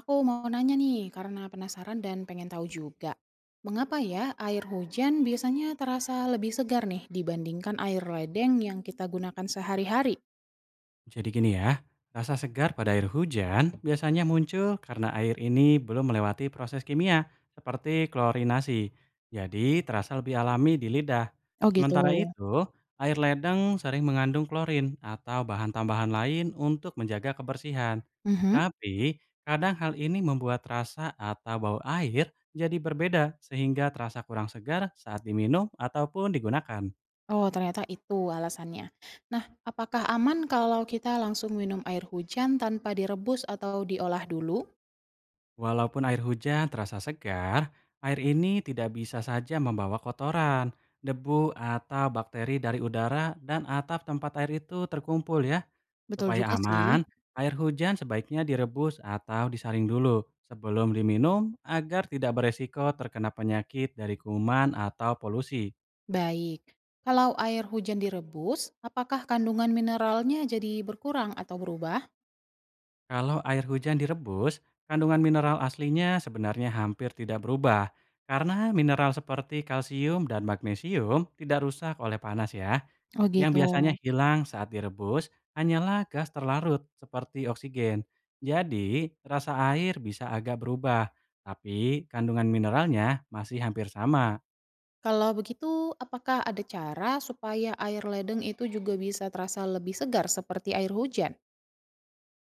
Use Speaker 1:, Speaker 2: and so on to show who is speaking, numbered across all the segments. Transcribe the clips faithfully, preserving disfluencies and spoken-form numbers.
Speaker 1: Aku mau nanya nih, karena penasaran dan pengen tahu juga. Mengapa ya air hujan biasanya terasa lebih segar nih dibandingkan air ledeng yang kita gunakan sehari-hari?
Speaker 2: Jadi gini ya, rasa segar pada air hujan biasanya muncul karena air ini belum melewati proses kimia seperti klorinasi. Jadi terasa lebih alami di lidah.
Speaker 1: Oh gitu.
Speaker 2: Sementara itu, air ledeng sering mengandung klorin atau bahan tambahan lain untuk menjaga kebersihan.
Speaker 1: Mhm.
Speaker 2: Tapi, kadang hal ini membuat rasa atau bau air jadi berbeda sehingga terasa kurang segar saat diminum ataupun digunakan.
Speaker 1: Oh, ternyata itu alasannya. Nah, apakah aman kalau kita langsung minum air hujan tanpa direbus atau diolah dulu?
Speaker 2: Walaupun air hujan terasa segar, air ini tidak bisa saja membawa kotoran, debu atau bakteri dari udara dan atap tempat air itu terkumpul ya.
Speaker 1: Betul juga
Speaker 2: Supaya aman,
Speaker 1: sih.
Speaker 2: air hujan sebaiknya direbus atau disaring dulu sebelum diminum agar tidak beresiko terkena penyakit dari kuman atau polusi.
Speaker 1: Baik. Kalau air hujan direbus, apakah kandungan mineralnya jadi berkurang atau berubah?
Speaker 2: Kalau air hujan direbus, kandungan mineral aslinya sebenarnya hampir tidak berubah karena mineral seperti kalsium dan magnesium tidak rusak oleh panas ya.
Speaker 1: Oh
Speaker 2: Yang
Speaker 1: gitu.
Speaker 2: biasanya hilang saat direbus hanyalah gas terlarut seperti oksigen. Jadi, rasa air bisa agak berubah, tapi kandungan mineralnya masih hampir sama.
Speaker 1: Kalau begitu, apakah ada cara supaya air ledeng itu juga bisa terasa lebih segar seperti air hujan?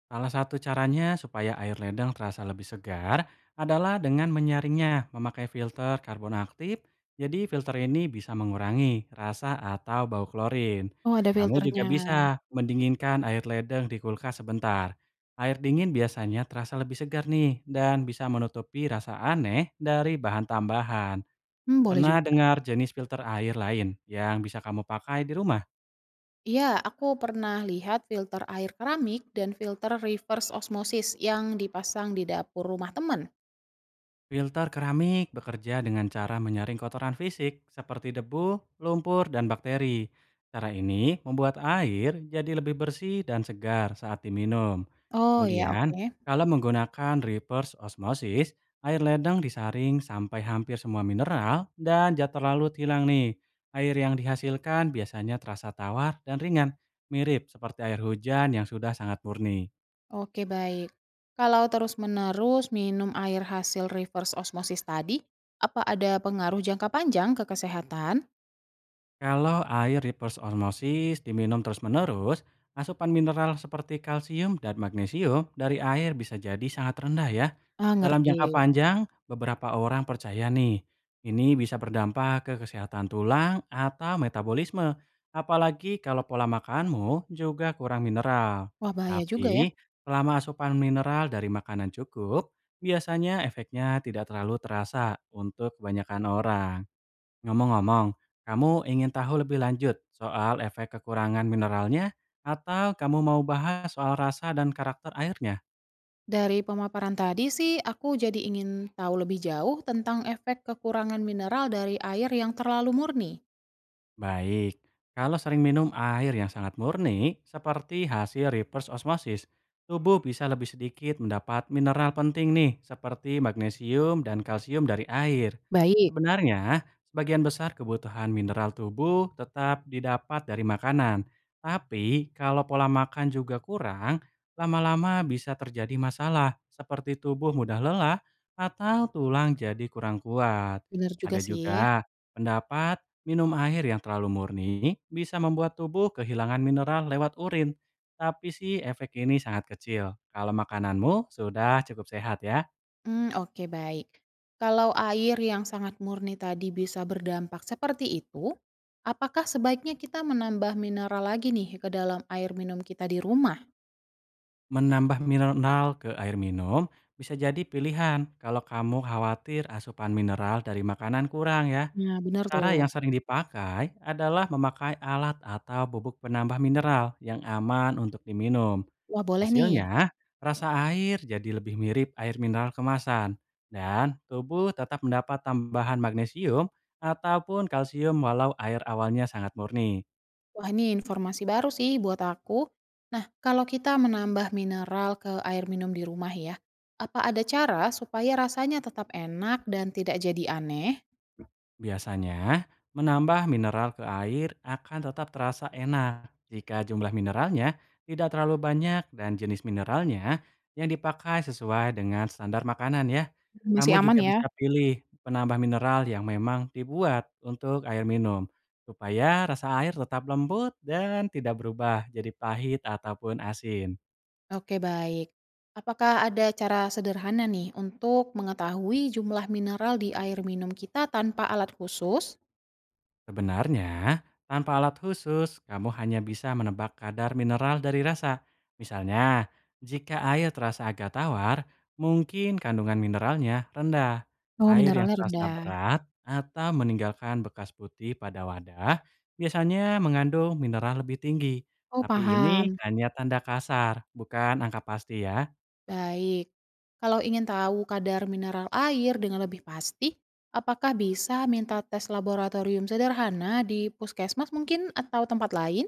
Speaker 2: Salah satu caranya supaya air ledeng terasa lebih segar adalah dengan menyaringnya memakai filter karbon aktif. Jadi filter ini bisa mengurangi rasa atau bau klorin.
Speaker 1: Oh, ada
Speaker 2: Kamu juga
Speaker 1: filternya.
Speaker 2: bisa mendinginkan air ledeng di kulkas sebentar. Air dingin biasanya terasa lebih segar nih dan bisa menutupi rasa aneh dari bahan tambahan.
Speaker 1: Hmm, boleh
Speaker 2: Pernah
Speaker 1: juga.
Speaker 2: dengar jenis filter air lain yang bisa kamu pakai di rumah?
Speaker 1: Ya, aku pernah lihat filter air keramik dan filter reverse osmosis yang dipasang di dapur rumah teman.
Speaker 2: Filter keramik bekerja dengan cara menyaring kotoran fisik seperti debu, lumpur, dan bakteri. Cara ini membuat air jadi lebih bersih dan segar saat diminum.
Speaker 1: Oh ya,
Speaker 2: Kemudian,
Speaker 1: oke.
Speaker 2: kalau menggunakan reverse osmosis, air ledeng disaring sampai hampir semua mineral dan jatuh lalut hilang nih. Air yang dihasilkan biasanya terasa tawar dan ringan, mirip seperti air hujan yang sudah sangat murni.
Speaker 1: Oke, baik. Kalau terus-menerus minum air hasil reverse osmosis tadi, apa ada pengaruh jangka panjang ke kesehatan?
Speaker 2: Kalau air di osmosis diminum terus-menerus, asupan mineral seperti kalsium dan magnesium dari air bisa jadi sangat rendah ya.
Speaker 1: Ah,
Speaker 2: Dalam
Speaker 1: ngerti.
Speaker 2: jangka panjang, beberapa orang percaya nih, ini bisa berdampak ke kesehatan tulang atau metabolisme, apalagi kalau pola makanmu juga kurang mineral.
Speaker 1: Wah, bahaya juga ya.
Speaker 2: Tapi, selama asupan mineral dari makanan cukup, biasanya efeknya tidak terlalu terasa untuk kebanyakan orang. Ngomong-ngomong, kamu ingin tahu lebih lanjut soal efek kekurangan mineralnya, atau kamu mau bahas soal rasa dan karakter airnya?
Speaker 1: Dari pemaparan tadi sih, aku jadi ingin tahu lebih jauh tentang efek kekurangan mineral dari air yang terlalu murni.
Speaker 2: Baik, kalau sering minum air yang sangat murni, seperti hasil reverse osmosis, tubuh bisa lebih sedikit mendapat mineral penting nih, seperti magnesium dan kalsium dari air.
Speaker 1: Baik.
Speaker 2: Sebenarnya, sebagian besar kebutuhan mineral tubuh tetap didapat dari makanan. Tapi, kalau pola makan juga kurang, lama-lama bisa terjadi masalah, seperti tubuh mudah lelah atau tulang jadi kurang kuat.
Speaker 1: Benar juga
Speaker 2: Ada
Speaker 1: sih.
Speaker 2: juga pendapat minum air yang terlalu murni bisa membuat tubuh kehilangan mineral lewat urin, tapi sih efek ini sangat kecil. Kalau makananmu sudah cukup sehat ya.
Speaker 1: Hmm, oke baik. Kalau air yang sangat murni tadi bisa berdampak seperti itu, apakah sebaiknya kita menambah mineral lagi nih ke dalam air minum kita di rumah?
Speaker 2: Menambah mineral ke air minum bisa jadi pilihan kalau kamu khawatir asupan mineral dari makanan kurang ya.
Speaker 1: Nah, benar
Speaker 2: Cara yang
Speaker 1: tuh.
Speaker 2: sering dipakai adalah memakai alat atau bubuk penambah mineral yang aman untuk diminum.
Speaker 1: Wah, boleh nih.
Speaker 2: Hasilnya, rasa air jadi lebih mirip air mineral kemasan dan tubuh tetap mendapat tambahan magnesium ataupun kalsium walau air awalnya sangat murni.
Speaker 1: Wah, ini informasi baru sih buat aku. Nah, kalau kita menambah mineral ke air minum di rumah ya, apa ada cara supaya rasanya tetap enak dan tidak jadi aneh?
Speaker 2: Biasanya, menambah mineral ke air akan tetap terasa enak jika jumlah mineralnya tidak terlalu banyak dan jenis mineralnya yang dipakai sesuai dengan standar makanan ya.
Speaker 1: Masih
Speaker 2: Kamu
Speaker 1: aman
Speaker 2: juga
Speaker 1: ya?
Speaker 2: bisa pilih penambah mineral yang memang dibuat untuk air minum supaya rasa air tetap lembut dan tidak berubah jadi pahit ataupun asin.
Speaker 1: Oke, baik. Apakah ada cara sederhana nih untuk mengetahui jumlah mineral di air minum kita tanpa alat khusus?
Speaker 2: Sebenarnya, tanpa alat khusus, kamu hanya bisa menebak kadar mineral dari rasa. Misalnya, jika air terasa agak tawar, mungkin kandungan mineralnya rendah.
Speaker 1: Oh,
Speaker 2: Air yang
Speaker 1: mineralnya
Speaker 2: terasa
Speaker 1: rendah.
Speaker 2: berat atau meninggalkan bekas putih pada wadah biasanya mengandung mineral lebih tinggi.
Speaker 1: Oh,
Speaker 2: Tapi ini
Speaker 1: paham.
Speaker 2: hanya tanda kasar, bukan angka pasti ya.
Speaker 1: Baik, kalau ingin tahu kadar mineral air dengan lebih pasti, apakah bisa minta tes laboratorium sederhana di puskesmas mungkin atau tempat lain?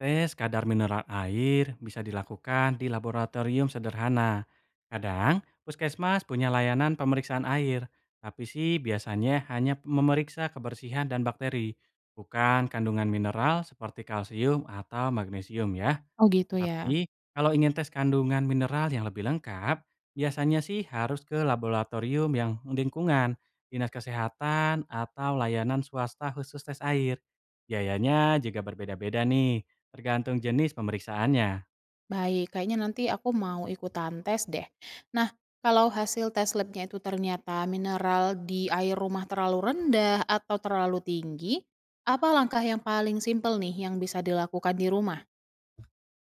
Speaker 2: Tes kadar mineral air bisa dilakukan di laboratorium sederhana. Kadang, puskesmas punya layanan pemeriksaan air, tapi sih biasanya hanya memeriksa kebersihan dan bakteri, bukan kandungan mineral seperti kalsium atau magnesium ya.
Speaker 1: Oh gitu ya.
Speaker 2: Tapi, kalau ingin tes kandungan mineral yang lebih lengkap, biasanya sih harus ke laboratorium yang lingkungan, dinas kesehatan, atau layanan swasta khusus tes air. Biayanya juga berbeda-beda nih, tergantung jenis pemeriksaannya.
Speaker 1: Baik, kayaknya nanti aku mau ikutan tes deh. Nah, kalau hasil tes labnya itu ternyata mineral di air rumah terlalu rendah atau terlalu tinggi, apa langkah yang paling simpel nih yang bisa dilakukan di rumah?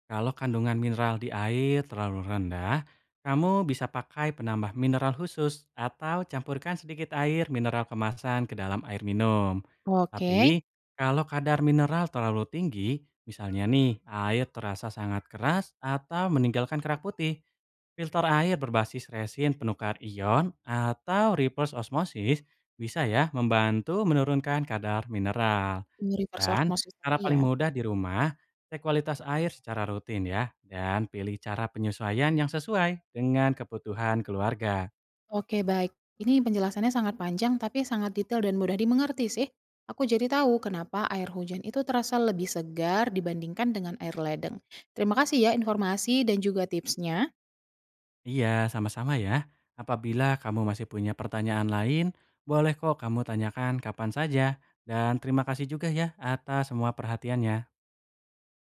Speaker 2: Kalau kandungan mineral di air terlalu rendah, kamu bisa pakai penambah mineral khusus atau campurkan sedikit air mineral kemasan ke dalam air minum.
Speaker 1: Oke.
Speaker 2: Tapi, kalau kadar mineral terlalu tinggi, misalnya nih air terasa sangat keras atau meninggalkan kerak putih, filter air berbasis resin penukar ion atau reverse osmosis bisa ya membantu menurunkan kadar mineral.
Speaker 1: Reverse
Speaker 2: Dan
Speaker 1: osmosis
Speaker 2: cara
Speaker 1: tadi
Speaker 2: paling
Speaker 1: ya.
Speaker 2: mudah di rumah, cek kualitas air secara rutin ya, dan pilih cara penyesuaian yang sesuai dengan kebutuhan keluarga.
Speaker 1: Oke, baik. Ini penjelasannya sangat panjang tapi sangat detail dan mudah dimengerti sih. Aku jadi tahu kenapa air hujan itu terasa lebih segar dibandingkan dengan air ledeng. Terima kasih ya informasi dan juga tipsnya.
Speaker 2: Iya, sama-sama ya. Apabila kamu masih punya pertanyaan lain, boleh kok kamu tanyakan kapan saja. Dan terima kasih juga ya atas semua perhatiannya.